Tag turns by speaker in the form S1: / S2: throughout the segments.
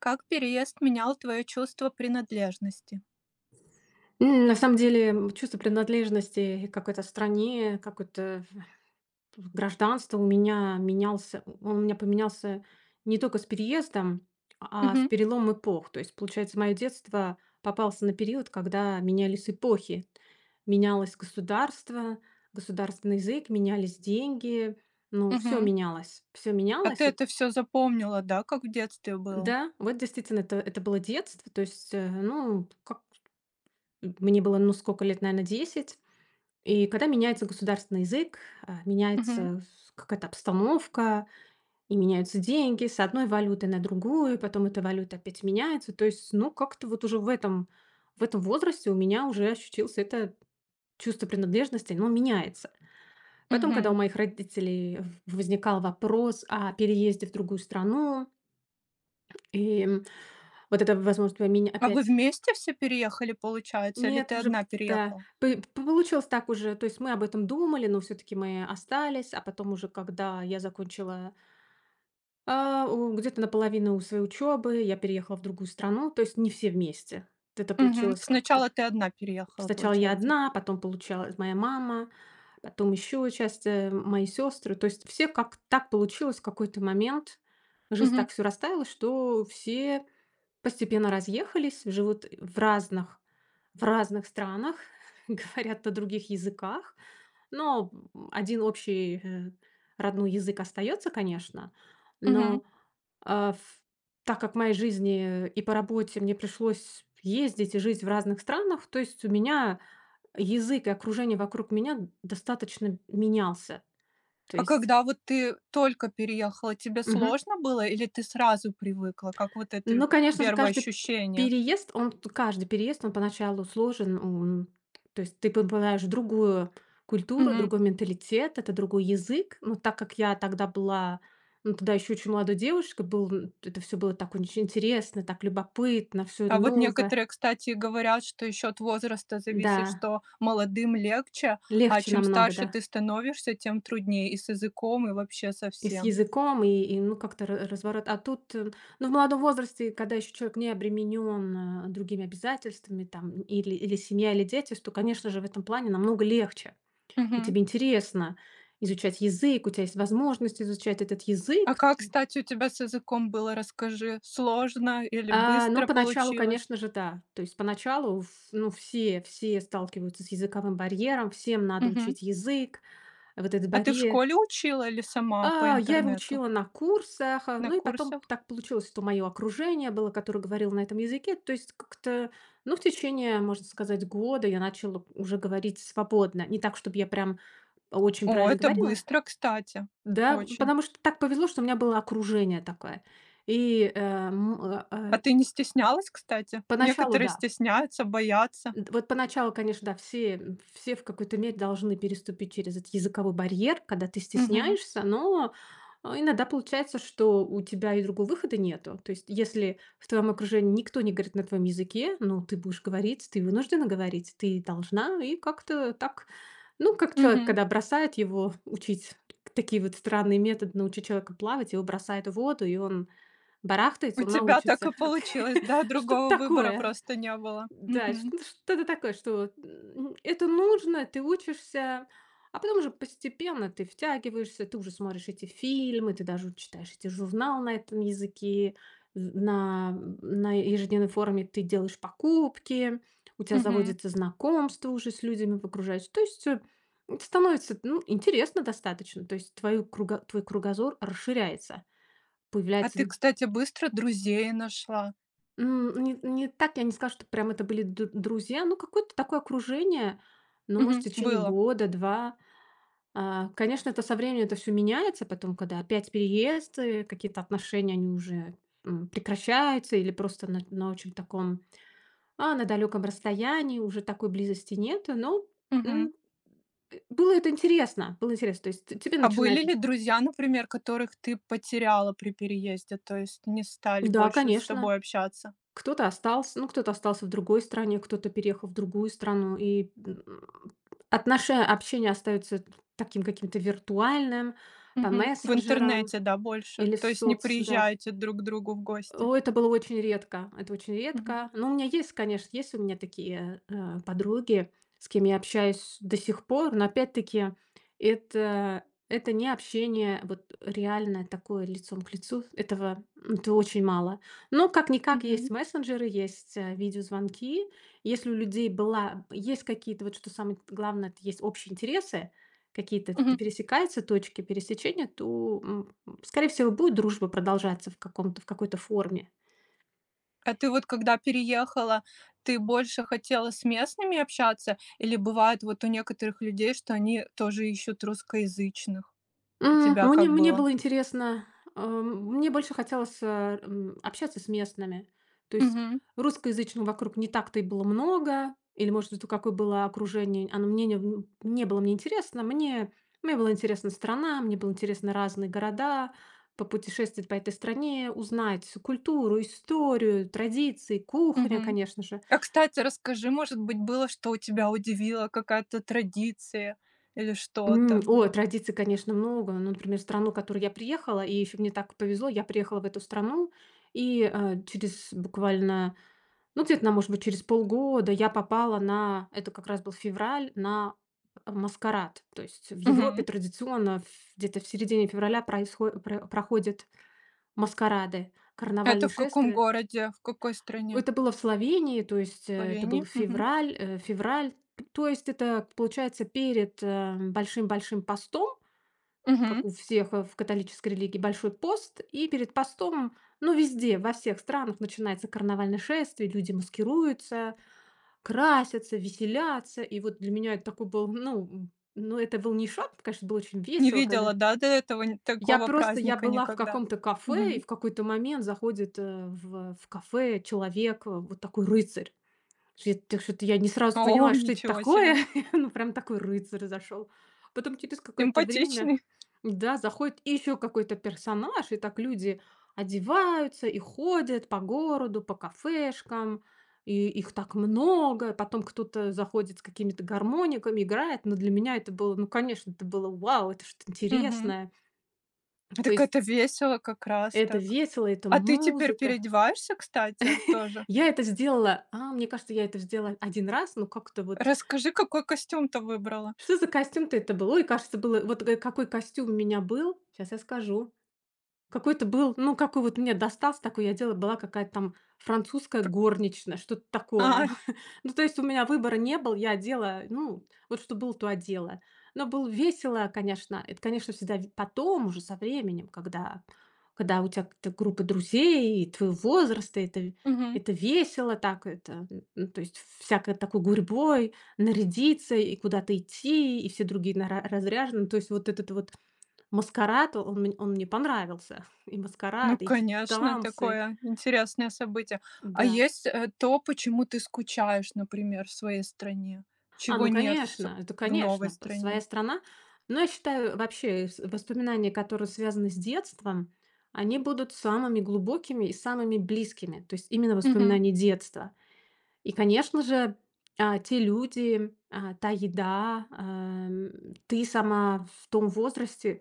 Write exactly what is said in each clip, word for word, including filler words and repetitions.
S1: Как переезд менял твое чувство принадлежности?
S2: М, на самом деле, чувство принадлежности к какой-то стране, какое-то гражданство у меня менялся он у меня поменялся не только с переездом, а с
S1: Мгм,
S2: перелом эпох. То есть, получается, мое детство попался на период, когда менялись эпохи. Менялось государство, государственный язык, менялись деньги. Ну, все
S1: мгм.
S2: менялось. Все
S1: А ты
S2: менялось.
S1: это
S2: Эт
S1: всё запомнила, да, как в детстве было?
S2: Да, вот действительно, это это было детство. То есть, э, ну, как мне было, ну, сколько лет, наверное, десять. И когда меняется государственный язык, а,
S1: Мгм,
S2: меняется с- какая-то обстановка, и меняются деньги с одной валюты на другую, потом эта валюта опять меняется. То есть, ну, как-то вот уже в этом, в этом возрасте у меня уже ощутился это чувство принадлежности, но меняется. Потом, когда у
S1: мгм.
S2: моих родителей в- возникал вопрос о переезде в другую страну, и м, вот эта возможность меня
S1: А вы
S2: опять.
S1: вместе все переехали, получается, или
S2: Нет,
S1: ты
S2: уже
S1: одна
S2: п да,
S1: переехала?
S2: п п получилось так уже. То есть мы об этом думали, но все таки мы остались. А потом уже, когда я закончила, а, у где-то наполовину у своей учебы, я переехала в другую страну, то есть не все вместе. Это
S1: Мгм.
S2: получилось как-то.
S1: Сначала ты одна переехала,
S2: Сначала я
S1: получается.
S2: одна, потом получалась моя мама, потом еще часть, э, мои сёстры. То есть все как так получилось в какой-то момент. Жизнь
S1: Мгм,
S2: так все расставилась, что все постепенно разъехались, живут в разных в разных странах, говорят на других языках, но один общий, э, родной язык остается, конечно.
S1: мгм.
S2: Но, а, в так как в моей жизни и по работе мне пришлось ездить и жить в разных странах, то есть у меня язык и окружение вокруг меня достаточно менялся. То
S1: А
S2: есть.
S1: когда вот ты только переехала, тебе
S2: Мгм.
S1: сложно было или ты сразу привыкла? Как вот это
S2: Ну, конечно же,
S1: первое
S2: каждый
S1: ощущение?
S2: переезд, он каждый переезд, он поначалу сложен. Он то есть ты попадаешь в другую культуру,
S1: Мгм.
S2: другой менталитет, это другой язык. Но так как я тогда была, ну, тогда еще очень молодой девушкой, был, м, это все было так очень интересно, так любопытно, все
S1: А вот
S2: новое.
S1: некоторые, кстати, говорят, что еще от возраста зависит,
S2: Да,
S1: что молодым легче, а
S2: легче
S1: чем
S2: намного,
S1: старше
S2: да.
S1: ты становишься, тем труднее и с языком, и вообще со
S2: И с
S1: всем.
S2: языком, и и, ну, как-то ра разворот. А тут, э, ну, в молодом возрасте, когда еще человек не обременен, э, другими обязательствами, там, или или семья, или дети, то, конечно же, в этом плане намного легче. И
S1: Мгм.
S2: тебе интересно изучать язык, у тебя есть возможность изучать этот
S1: А
S2: язык.
S1: как, кстати, у тебя с языком было, расскажи, сложно или
S2: А, но
S1: быстро
S2: поначалу,
S1: получилось?
S2: конечно же, да. То есть поначалу ф ну, все все сталкиваются с языковым барьером, всем надо
S1: Мгм.
S2: учить язык. Вот этот
S1: А ты в
S2: барьер.
S1: школе учила или сама по
S2: А, я его
S1: интернету
S2: учила на курсах, а,
S1: на
S2: ну и потом
S1: курсах?
S2: так получилось, что мое окружение было, которое говорило на этом языке. То есть как-то, ну, в течение, можно сказать, года я начала уже говорить свободно. Не так, чтобы я прям очень
S1: О,
S2: правильно
S1: это
S2: говорила.
S1: быстро, кстати,
S2: Да,
S1: очень.
S2: потому что так повезло, что у меня было окружение такое. И э, м, э,
S1: А
S2: э,
S1: ты не стеснялась, кстати?
S2: Поначалу,
S1: Некоторые
S2: да.
S1: стесняются, боятся.
S2: Д вот поначалу, конечно, да, все все в какой-то мере должны переступить через этот языковой барьер, когда ты
S1: Мгм.
S2: стесняешься, но а, иногда получается, что у тебя и другого выхода нету. То есть, если в твоем окружении никто не говорит на твоем языке, ну, ты будешь говорить, ты вынуждена говорить, ты должна, и как-то так, ну, как человек,
S1: Мгм.
S2: когда бросает его учить такие вот странные методы, научить человека плавать, его бросают в воду, и он
S1: У
S2: барахтается, он
S1: тебя так
S2: научится.
S1: и получилось, да?
S2: Ну, что-то
S1: Другого выбора
S2: такое.
S1: просто не было.
S2: Да,
S1: Мгм.
S2: что-то что-то такое, что, вот, м, это нужно, ты учишься, а потом уже постепенно ты втягиваешься, ты уже смотришь эти фильмы, ты даже читаешь эти журналы на этом языке, з на на ежедневной форме ты делаешь покупки, у тебя
S1: Мгм.
S2: заводится знакомство уже с людьми в окружающей. То есть, э, это становится, ну, интересно достаточно. То есть твою круго твой кругозор расширяется,
S1: А ты,
S2: появляется.
S1: кстати, быстро друзей нашла?
S2: М, не не так, я не скажу, что прям это были д друзья, ну, какое-то такое окружение, ну, может, в
S1: Мгм.
S2: течение
S1: Было.
S2: года, два. А, конечно, это со временем это все меняется, потом, когда опять переезд, э, какие-то отношения, они уже м, прекращаются или просто на на очень таком а, на далеком расстоянии, уже такой близости нет. Но
S1: Мгм.
S2: м, э, было это интересно, было интересно. То есть т тебе
S1: А
S2: начинает.
S1: были ли друзья, например, которых ты потеряла при переезде, то есть не стали
S2: Да,
S1: больше с
S2: конечно.
S1: тобой общаться?
S2: Кто-то остался, ну, кто-то остался в другой стране, кто-то переехал в другую страну, и м, отноше общение остается таким каким-то виртуальным, по
S1: Мгм. В
S2: мессенджерам
S1: интернете, да, больше?
S2: или в
S1: То есть не
S2: соц да.
S1: приезжаете друг к другу в гости?
S2: О, это было очень редко, это очень
S1: Мгм.
S2: редко. Но у меня есть, конечно, есть у меня такие, э, подруги, с кем я общаюсь до сих пор, но опять-таки это это не общение вот реальное такое лицом к лицу. Этого м, это очень мало. Но как-никак есть
S1: Мгм.
S2: мессенджеры, есть, э, видеозвонки. Если у людей была есть какие-то, вот что самое главное, это есть общие интересы, какие-то
S1: Мгм.
S2: пересекаются точки пересечения, то м, скорее всего, будет дружба продолжаться в каком-то в какой-то форме.
S1: А ты вот когда переехала, ты больше хотела с местными общаться или бывает вот у некоторых людей, что они тоже ищут русскоязычных? У
S2: М,
S1: тебя
S2: ну, мне
S1: как
S2: мне
S1: было?
S2: было интересно, эм, мне больше хотелось, э, м, общаться с местными. То есть
S1: Мгм,
S2: русскоязычных вокруг не так-то и было много, или, может быть, у какое было окружение, оно мне не в не было мне интересно. Мне мне была интересна страна, мне было интересно разные города, попутешествовать по этой стране, узнать культуру, историю, традиции, кухня,
S1: мгм.
S2: конечно же.
S1: А, кстати, расскажи, может быть, было, что у тебя удивило, какая-то традиция или
S2: М,
S1: что-то?
S2: ой, традиций, конечно, много. Ну, например, страну, в которую я приехала, и еще мне так повезло, я приехала в эту страну, и э, через буквально, ну, где-то, на может быть, через полгода я попала на, это как раз был февраль, на э, маскарад. То есть в Европе
S1: Мгм.
S2: традиционно в- где-то в середине февраля происхо- про- проходят маскарады,
S1: Это
S2: карнавальные
S1: в каком
S2: шествия.
S1: городе, в какой стране?
S2: Это было в Словении, то есть
S1: В
S2: э, это был
S1: Словении? Мгм,
S2: февраль, э, февраль, то есть это получается перед э, большим-большим постом,
S1: мгм.
S2: как у всех, э, в католической религии, Большой пост. И перед постом, ну, везде, во всех странах начинается карнавальное шествие, люди маскируются, красятся, веселятся. И вот для меня это такой был, ну, м, ну, это был не шок, конечно, было очень
S1: Не
S2: весело, когда
S1: видела, да, до этого н
S2: я
S1: такого
S2: просто, я
S1: праздника
S2: была в
S1: никогда?
S2: каком-то кафе, и
S1: Мгм.
S2: в какой-то момент заходит э, в, в кафе человек, э, вот такой рыцарь. Я так Что-то я не
S1: О,
S2: сразу поняла, что это
S1: ничего
S2: такое.
S1: себе,
S2: Ну, прям такой рыцарь зашел. Потом через какое-то время,
S1: симпатичный.
S2: да, заходит еще какой-то персонаж, и так люди одеваются и ходят по городу, по кафешкам, и их так много. Потом кто-то заходит с какими-то гармониками, играет. Но для меня это было, ну, конечно, это было вау, это что-то
S1: Мгм.
S2: интересное. То
S1: Так
S2: есть
S1: это весело как раз
S2: это
S1: так.
S2: весело, это
S1: А ты теперь
S2: музыка.
S1: переодеваешься, кстати, тоже?
S2: Я это сделала, а, мне кажется, я это сделала один раз, но как-то вот.
S1: Расскажи, какой костюм ты выбрала?
S2: Что за костюм-то это был? Ой, кажется, было вот г какой костюм у меня был, сейчас я скажу. Какой-то был, ну, какой вот мне достался, такой я одела, была какая-то там французская горничная, что-то такое.
S1: Ай,
S2: Ну, то есть у меня выбора не был, я одела, ну, вот что было, то одела. Но было весело, конечно. Это, конечно, всегда ви- потом, уже со временем, когда, когда у тебя какая-то группа друзей, и твоего возраста, это,
S1: мгм.
S2: это весело так, это, ну, то есть всякой такой гурьбой, нарядиться и куда-то идти, и все другие нара- разряжены. То есть вот этот вот маскарад, он, мне- он мне понравился. И
S1: Ну,
S2: маскарад, и эти
S1: конечно,
S2: танцы,
S1: такое интересное событие. А
S2: да.
S1: есть, э, то, почему ты скучаешь, например, в своей стране?
S2: А,
S1: Чего
S2: ну
S1: нет в с
S2: конечно, это
S1: в новой
S2: конечно, п своя
S1: стране?
S2: страна. Но я считаю, вообще, с воспоминания, которые связаны с детством, они будут самыми глубокими и самыми близкими. То есть именно
S1: Мгм.
S2: воспоминания детства. И, конечно же, а, те люди, а, та еда, ам, ты сама в том возрасте,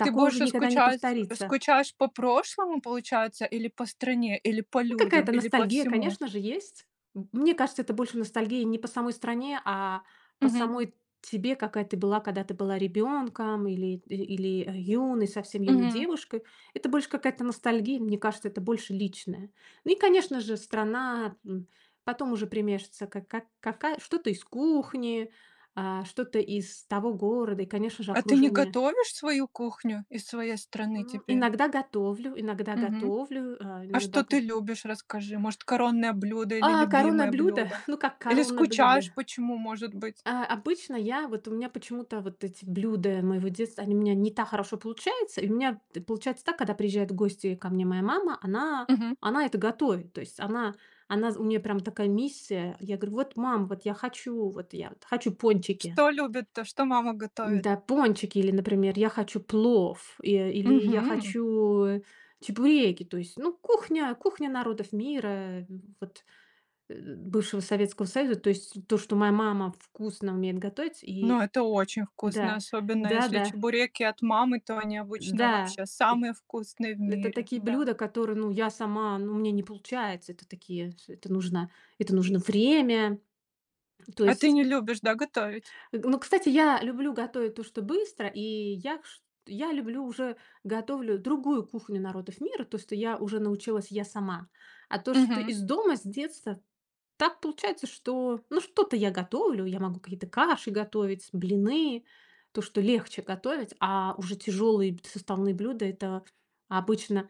S1: Ты
S2: уже
S1: больше
S2: никогда не
S1: скучаешь,
S2: повторится.
S1: скучаешь по прошлому, получается, или по стране, или по
S2: Ну,
S1: людям,
S2: какая-то
S1: или по
S2: ностальгия,
S1: всему?
S2: конечно же, есть. М, Мне кажется, это больше ностальгия не по самой стране, а по
S1: Мгм.
S2: самой тебе, какая ты была, когда ты была ребенком или, и- или э, юной, совсем юной
S1: Мгм.
S2: девушкой. Это больше какая-то ностальгия, мне кажется, это больше личное. Ну и, конечно же, страна, м, потом уже примешивается как, как, какая, что-то из кухни, а, что-то из того города и, конечно же,
S1: А ты не
S2: окружение.
S1: готовишь свою кухню из своей страны
S2: М,
S1: теперь?
S2: Иногда готовлю, иногда
S1: Мгм.
S2: готовлю, а,
S1: А что
S2: иногда.
S1: ты любишь, расскажи? Может, коронное блюдо
S2: А,
S1: или
S2: корона
S1: любимое
S2: блюда?
S1: блюдо?
S2: Ну, как
S1: Или
S2: корона
S1: скучаешь
S2: блюда?
S1: почему, может быть?
S2: А, обычно я вот у меня почему-то вот эти блюда моего детства, они у меня не так хорошо получаются. И у меня т- получается так, когда приезжают гости ко мне моя мама, она,
S1: Мгм.
S2: она это готовит. То есть она, она, у нее прям такая миссия. Я говорю, вот, мам, вот я хочу, вот я вот хочу пончики.
S1: Что любит-то? Что мама готовит?
S2: Да, пончики, или, например, я хочу плов, и- или я
S1: Мгм.
S2: хочу чебуреки. То есть, ну, кухня, кухня народов мира, э, вот э, бывшего Советского Союза, то есть то, что моя мама вкусно умеет готовить. И
S1: Ну, это очень вкусно,
S2: да,
S1: особенно если
S2: да-да,
S1: чебуреки от мамы, то они
S2: да,
S1: обычно
S2: да,
S1: вообще самые вкусные в
S2: это
S1: мире,
S2: такие
S1: да.
S2: блюда, которые, ну, я сама, ну, мне не получается. Это такие, с- это нужно, это нужно время. То
S1: А ты
S2: есть,
S1: не любишь, да, готовить?
S2: э, ну, кстати, я люблю готовить то, что быстро, и я ш- я люблю уже готовлю другую кухню народов мира, то, что я уже научилась я сама. А то, что
S1: Мгм.
S2: из дома, с детства. Так получается, что, ну, что-то я готовлю, я могу какие-то каши готовить, блины, то, что легче готовить, а уже тяжелые б- составные блюда это обычно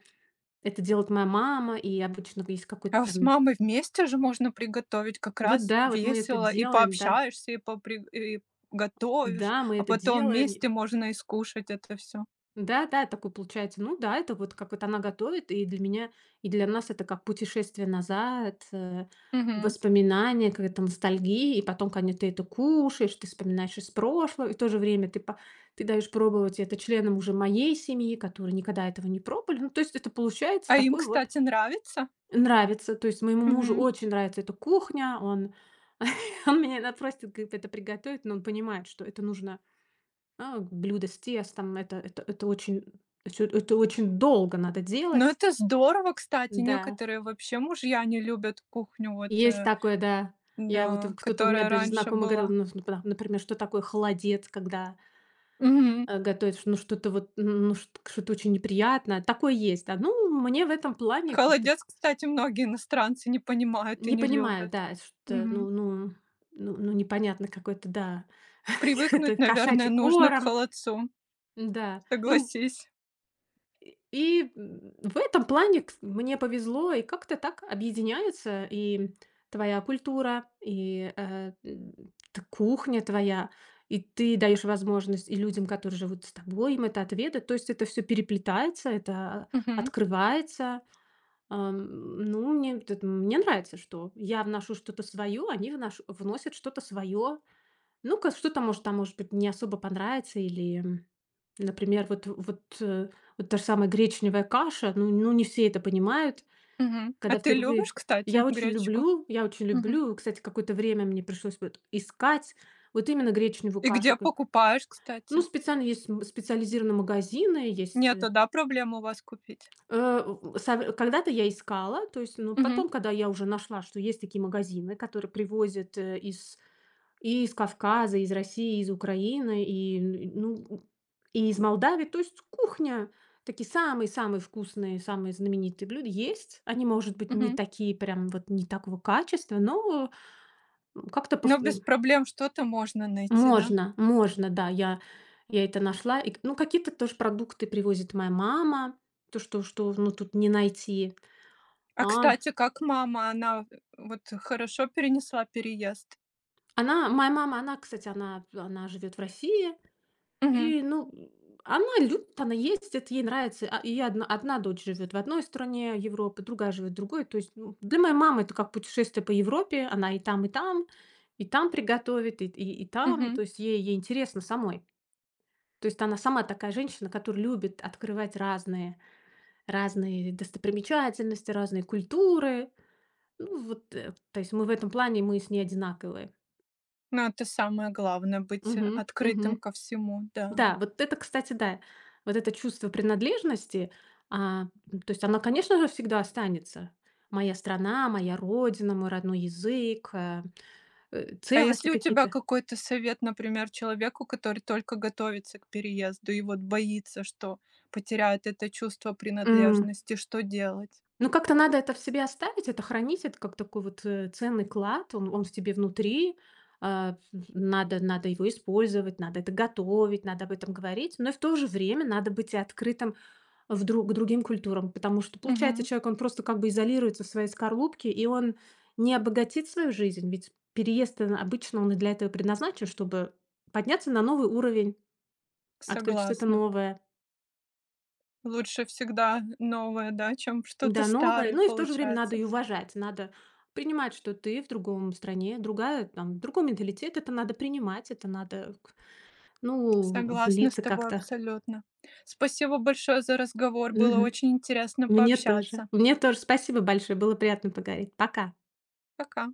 S2: это делает моя мама, и обычно есть какой-то
S1: А с
S2: там,
S1: мамой вместе же можно приготовить, как
S2: вот
S1: раз
S2: да, вот мы это
S1: весело, и
S2: делаем, да,
S1: пообщаешься, и попри и готовишь,
S2: да, мы
S1: а
S2: это
S1: потом
S2: делаем,
S1: вместе можно и скушать это все.
S2: да-да, такой получается. Ну да, это вот как вот она готовит, и для меня, и для нас это как путешествие назад, э,
S1: Мгм.
S2: воспоминания, какая-то ностальгия, и потом, конечно, ты это кушаешь, ты вспоминаешь из прошлого, и в то же время ты, по- ты даешь пробовать это членам уже моей семьи, которые никогда этого не пробовали. Ну, то есть это получается
S1: А им,
S2: такой вот
S1: кстати, нравится?
S2: нравится. То есть моему мужу
S1: Мгм.
S2: очень нравится эта кухня, он, он меня иногда просит говорит, это приготовить, но он понимает, что это нужно а, блюда с тестом- это это это очень это это очень долго надо
S1: Ну,
S2: делать.
S1: это здорово, кстати.
S2: Да,
S1: Некоторые вообще мужья не любят кухню, вот,
S2: есть
S1: э,
S2: такое, да. Я вот э,
S1: да,
S2: кто-то у меня
S1: которая
S2: даже
S1: раньше
S2: знакомый говорил,
S1: была.
S2: ну, напра например, что такое холодец, когда,
S1: Мгм.
S2: э, готовишь, ну, что-то вот, ну, что что-то очень неприятное. Такое есть, да. Ну, мне в этом плане как-то
S1: Холодец, кстати, многие иностранцы не понимают и
S2: не
S1: не
S2: понимаю,
S1: любят.
S2: да, что,
S1: Мгм.
S2: ну ну ну ну непонятно какой-то, да, какой-то
S1: Привыкнуть,
S2: кошачий
S1: наверное, нужно к
S2: корм.
S1: холодцу,
S2: Да, ну
S1: согласись.
S2: и в этом плане кс мне повезло, и как-то так объединяются и твоя культура, и, э, м, т кухня твоя, и ты даешь возможность и людям, которые живут с тобой, им это отведать. То есть это все переплетается, это
S1: Мгм.
S2: открывается. Ам, ну, мне вот мне нравится, что я вношу что-то свое, они внош вносят что-то свое. Ну-ка, что-то, может, там, может быть, не особо понравится или например, вот вот, э, вот та же самая гречневая каша, ну ну не все это понимают,
S1: Мгм. А
S2: когда
S1: ты любишь,
S2: впервые.
S1: кстати,
S2: Я очень
S1: гречку?
S2: люблю, я очень
S1: Мгм.
S2: люблю, кстати, какое-то время мне пришлось вот искать вот именно гречневую
S1: И
S2: кашу.
S1: где
S2: Как
S1: покупаешь,
S2: ну,
S1: кстати?
S2: специально есть м специализированные магазины, есть, э,
S1: Нету, да, проблем у вас купить?
S2: э, в сав когда-то я искала, то есть, ну,
S1: Мгм,
S2: потом, когда я уже нашла, что есть такие магазины, которые привозят, э, из и из Кавказа, из России, из Украины, и, н ну, и из Молдавии. То есть кухня, такие самые-самые вкусные, самые знаменитые блюда есть. Они, может быть, не
S1: мгм.
S2: такие прям вот не такого качества, но, м, как-то
S1: Но
S2: повт
S1: без
S2: м,
S1: проблем что-то можно найти, да?
S2: можно, можно, да. Я я это нашла. И, ну, какие-то тоже продукты привозит моя мама, то, что что, ну, тут не найти.
S1: А,
S2: А,
S1: кстати, как мама, она э, вот хорошо перенесла переезд?
S2: она моя мама, она, кстати, она она живет в России,
S1: Мгм,
S2: и, ну, она любит, она ездит, ей нравится. А, и одна, одна дочь живет в одной стране Европы, другая живет в другой. То есть ну, для моей мамы это как путешествие по Европе. Она и там, и там, и там приготовит, и, и, и там.
S1: мгм.
S2: То есть ей, ей интересно самой. То есть она сама такая женщина, которая любит открывать разные, разные достопримечательности, разные культуры. Ну, вот, э, то есть мы в этом плане, мы с ней одинаковые.
S1: Ну, это самое главное — быть, э,
S2: Мгм,
S1: открытым
S2: мгм.
S1: ко всему, да.
S2: Да, вот это, кстати, да. Вот это чувство принадлежности, а, м, то есть оно, конечно же, всегда останется. Моя страна, моя родина, мой родной язык, э, э,
S1: А
S2: ценности
S1: если у тебя
S2: какие-то.
S1: какой-то совет, например, человеку, который только готовится к переезду и вот боится, что потеряет это чувство
S2: М,
S1: принадлежности, что делать?
S2: ну, как-то надо это в себе оставить, это хранить, это как такой вот, э, ценный клад, он он в тебе внутри. А, м, надо надо его использовать, надо это готовить, надо об этом говорить, но и в то же время надо быть и открытым в дру к другим культурам. Потому что, получается,
S1: Мгм.
S2: человек, он просто как бы изолируется в своей скорлупке, и он не обогатит свою жизнь. Ведь переезд, он обычно он и для этого предназначен, чтобы подняться на новый уровень, открыть что-то
S1: Согласна.
S2: новое.
S1: Лучше всегда новое, да, чем что-то
S2: Да, новое.
S1: старое
S2: Ну и в то же время надо
S1: получается.
S2: и уважать. Надо принимать, что ты в другом стране, другая, там, другой менталитет. Это надо принимать, это надо, к ну,
S1: Согласна с
S2: влиться
S1: тобой
S2: как-то.
S1: абсолютно. Спасибо большое за разговор. Было
S2: Мгм.
S1: очень интересно
S2: Мне тоже.
S1: пообщаться.
S2: Мне тоже. Спасибо большое. Было приятно поговорить. Пока.
S1: Пока.